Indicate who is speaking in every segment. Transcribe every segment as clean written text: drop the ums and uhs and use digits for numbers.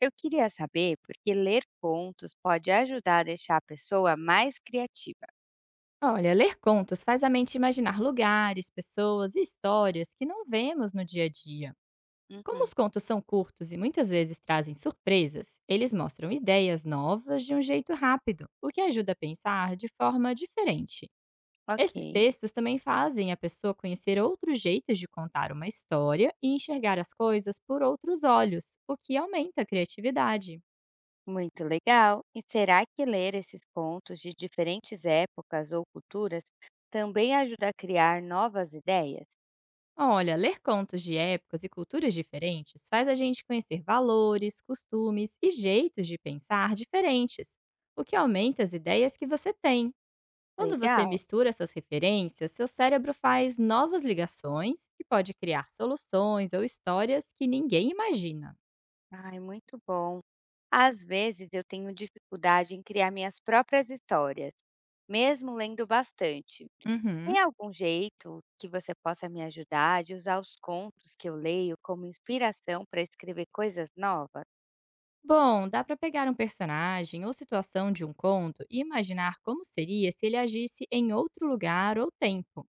Speaker 1: Eu queria saber porque ler contos pode ajudar a deixar a pessoa mais criativa.
Speaker 2: Olha, ler contos faz a mente imaginar lugares, pessoas e histórias que não vemos no dia a dia. Como
Speaker 1: Uhum.
Speaker 2: os contos são curtos e muitas vezes trazem surpresas, eles mostram ideias novas de um jeito rápido, o que ajuda a pensar de forma diferente. Esses
Speaker 1: Ok,
Speaker 2: textos também fazem a pessoa conhecer outros jeitos de contar uma história e enxergar as coisas por outros olhos, o que aumenta a criatividade.
Speaker 1: muito legal. E será que ler esses contos de diferentes épocas ou culturas também ajuda a criar novas ideias?
Speaker 2: Olha, ler contos de épocas e culturas diferentes faz a gente conhecer valores, costumes e jeitos de pensar diferentes, o que aumenta as ideias que você tem. Quando você
Speaker 1: Legal.
Speaker 2: mistura essas referências, seu cérebro faz novas ligações e pode criar soluções ou histórias que ninguém imagina.
Speaker 1: Ai, muito bom. Às vezes eu tenho dificuldade em criar minhas próprias histórias, mesmo lendo bastante. Tem
Speaker 2: Uhum.
Speaker 1: algum jeito que você possa me ajudar de usar os contos que eu leio como inspiração para escrever coisas novas?
Speaker 2: Bom, dá para pegar um personagem ou situação de um conto e imaginar como seria se ele agisse em outro lugar ou tempo.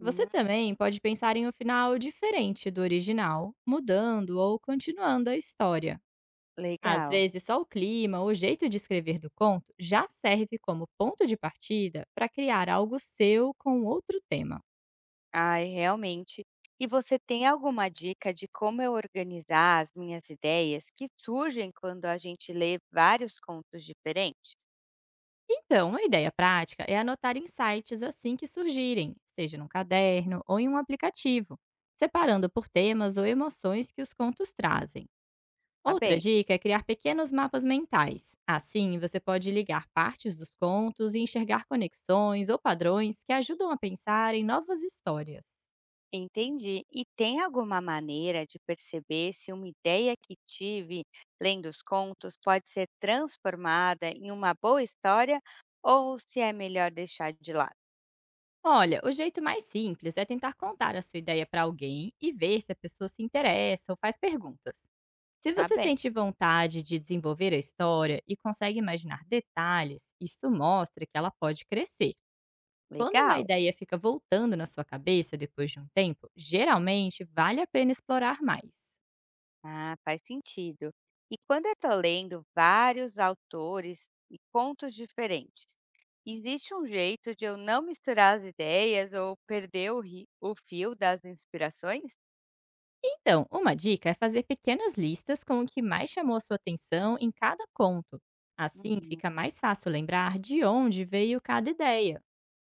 Speaker 2: Você também pode pensar em um final diferente do original, mudando ou continuando a história. Às
Speaker 1: legal.
Speaker 2: vezes, só o clima ou o jeito de escrever do conto já serve como ponto de partida para criar algo seu com outro tema.
Speaker 1: Ai, realmente. E você tem alguma dica de como eu organizar as minhas ideias que surgem quando a gente lê vários contos diferentes?
Speaker 2: Então, uma ideia prática é anotar insights assim que surgirem, seja num caderno ou em um aplicativo, separando por temas ou emoções que os contos trazem.
Speaker 1: Tá
Speaker 2: Outra
Speaker 1: bem?
Speaker 2: dica é criar pequenos mapas mentais. Assim, você pode ligar partes dos contos e enxergar conexões ou padrões que ajudam a pensar em novas histórias.
Speaker 1: Entendi. E tem alguma maneira de perceber se uma ideia que tive lendo os contos pode ser transformada em uma boa história ou se é melhor deixar de lado?
Speaker 2: Olha, o jeito mais simples é tentar contar a sua ideia para alguém e ver se a pessoa se interessa ou faz perguntas. Se
Speaker 1: Tá
Speaker 2: você
Speaker 1: bem,
Speaker 2: sente vontade de desenvolver a história e consegue imaginar detalhes, isso mostra que ela pode crescer. Quando uma
Speaker 1: legal.
Speaker 2: ideia fica voltando na sua cabeça depois de um tempo, geralmente vale a pena explorar mais.
Speaker 1: Ah, faz sentido. E quando eu estou lendo vários autores e contos diferentes, existe um jeito de eu não misturar as ideias ou perder o, o fio das inspirações?
Speaker 2: Então, uma dica é fazer pequenas listas com o que mais chamou a sua atenção em cada conto. Assim,
Speaker 1: Uhum.
Speaker 2: fica mais fácil lembrar de onde veio cada ideia.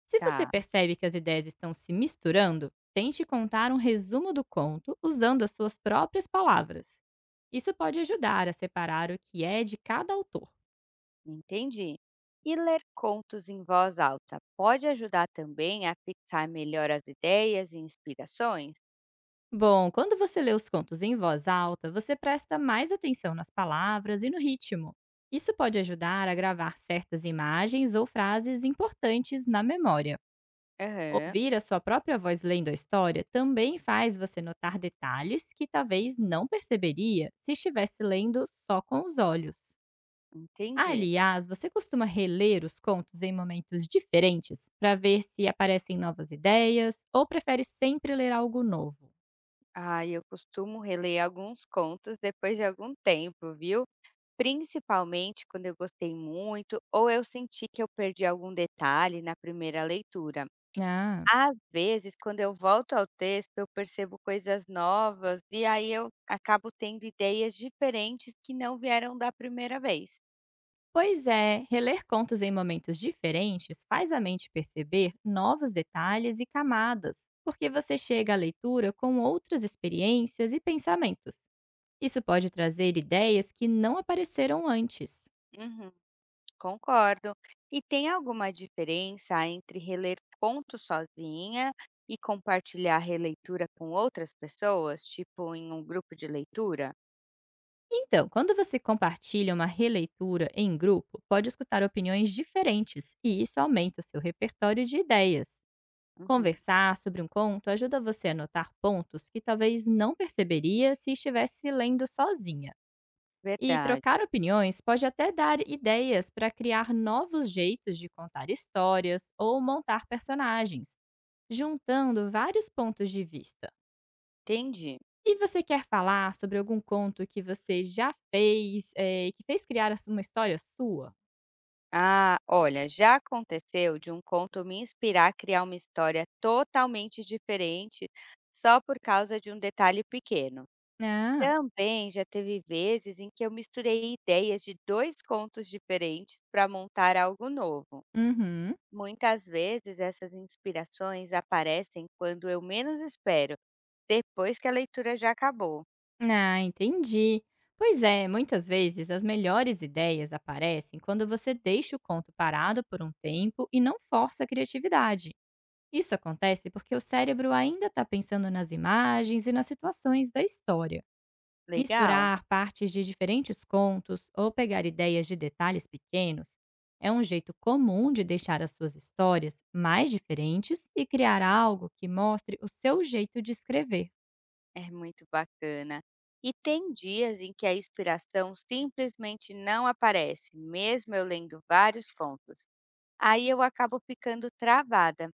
Speaker 2: Se você
Speaker 1: Tá.
Speaker 2: percebe que as ideias estão se misturando, tente contar um resumo do conto usando as suas próprias palavras. Isso pode ajudar a separar o que é de cada autor.
Speaker 1: Entendi. E ler contos em voz alta pode ajudar também a fixar melhor as ideias e inspirações?
Speaker 2: Bom, quando você lê os contos em voz alta, você presta mais atenção nas palavras e no ritmo. Isso pode ajudar a gravar certas imagens ou frases importantes na memória.
Speaker 1: Aham,
Speaker 2: Ouvir a sua própria voz lendo a história também faz você notar detalhes que talvez não perceberia se estivesse lendo só com os olhos.
Speaker 1: entendi.
Speaker 2: Aliás, você costuma reler os contos em momentos diferentes para ver se aparecem novas ideias ou prefere sempre ler algo novo?
Speaker 1: Ah, eu costumo reler alguns contos depois de algum tempo, viu? Principalmente quando eu gostei muito ou eu senti que eu perdi algum detalhe na primeira leitura.
Speaker 2: Ah.
Speaker 1: Às vezes, quando eu volto ao texto, eu percebo coisas novas e aí eu acabo tendo ideias diferentes que não vieram da primeira vez.
Speaker 2: Pois é, reler contos em momentos diferentes faz a mente perceber novos detalhes e camadas, porque você chega à leitura com outras experiências e pensamentos. Isso pode trazer ideias que não apareceram antes.
Speaker 1: Uhum. Concordo. E tem alguma diferença entre reler contos sozinha e compartilhar a releitura com outras pessoas, tipo em um grupo de leitura?
Speaker 2: Então, quando você compartilha uma releitura em grupo, pode escutar opiniões diferentes e isso aumenta o seu repertório de ideias.
Speaker 1: Uhum,
Speaker 2: Conversar sobre um conto ajuda você a notar pontos que talvez não perceberia se estivesse lendo sozinha. E
Speaker 1: verdade.
Speaker 2: trocar opiniões pode até dar ideias para criar novos jeitos de contar histórias ou montar personagens, juntando vários pontos de vista.
Speaker 1: Entendi.
Speaker 2: E você quer falar sobre algum conto que você já fez, que fez criar uma história sua?
Speaker 1: Ah, olha, já aconteceu de um conto me inspirar a criar uma história totalmente diferente só por causa de um detalhe pequeno.
Speaker 2: Ah,
Speaker 1: Também já teve vezes em que eu misturei ideias de dois contos diferentes para montar algo novo.
Speaker 2: uhum.
Speaker 1: Muitas vezes essas inspirações aparecem quando eu menos espero, depois que a leitura já acabou.
Speaker 2: Ah, entendi. Pois é, muitas vezes as melhores ideias aparecem quando você deixa o conto parado por um tempo e não força a criatividade. Isso acontece porque o cérebro ainda está pensando nas imagens e nas situações da história.
Speaker 1: Legal?
Speaker 2: Misturar partes de diferentes contos ou pegar ideias de detalhes pequenos é um jeito comum de deixar as suas histórias mais diferentes e criar algo que mostre o seu jeito de escrever.
Speaker 1: É muito bacana. E tem dias em que a inspiração simplesmente não aparece, mesmo eu lendo vários pontos. Aí eu acabo ficando travada.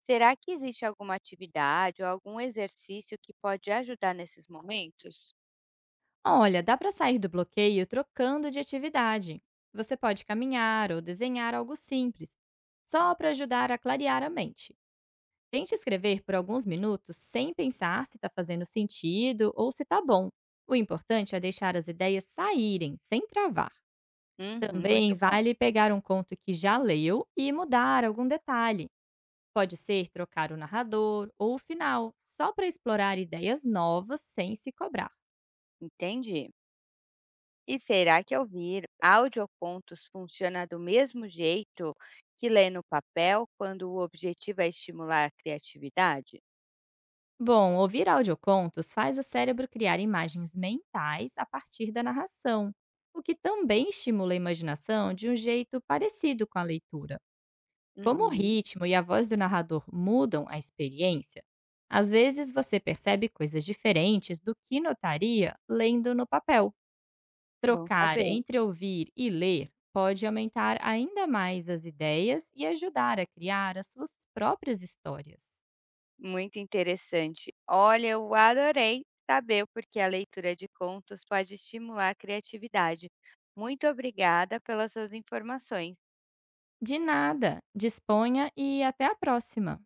Speaker 1: Será que existe alguma atividade ou algum exercício que pode ajudar nesses momentos?
Speaker 2: Olha, dá para sair do bloqueio trocando de atividade. Você pode caminhar ou desenhar algo simples, só para ajudar a clarear a mente. Tente escrever por alguns minutos sem pensar se está fazendo sentido ou se está bom. O importante é deixar as ideias saírem, sem travar.
Speaker 1: Uhum,
Speaker 2: Também
Speaker 1: muito bom.
Speaker 2: vale pegar um conto que já leu e mudar algum detalhe. Pode ser trocar o narrador ou o final, só para explorar ideias novas sem se cobrar.
Speaker 1: Entendi. E será que ouvir audiocontos funciona do mesmo jeito que ler no papel quando o objetivo é estimular a criatividade?
Speaker 2: Bom, ouvir audiocontos faz o cérebro criar imagens mentais a partir da narração, o que também estimula a imaginação de um jeito parecido com a leitura. Como o
Speaker 1: Uhum,
Speaker 2: ritmo e a voz do narrador mudam a experiência, às vezes você percebe coisas diferentes do que notaria lendo no papel.
Speaker 1: bom
Speaker 2: Trocar
Speaker 1: saber.
Speaker 2: entre ouvir e ler pode aumentar ainda mais as ideias e ajudar a criar as suas próprias histórias.
Speaker 1: Muito interessante. Olha, eu adorei saber porque a leitura de contos pode estimular a criatividade. Muito obrigada pelas suas informações.
Speaker 2: De nada, disponha e até a próxima!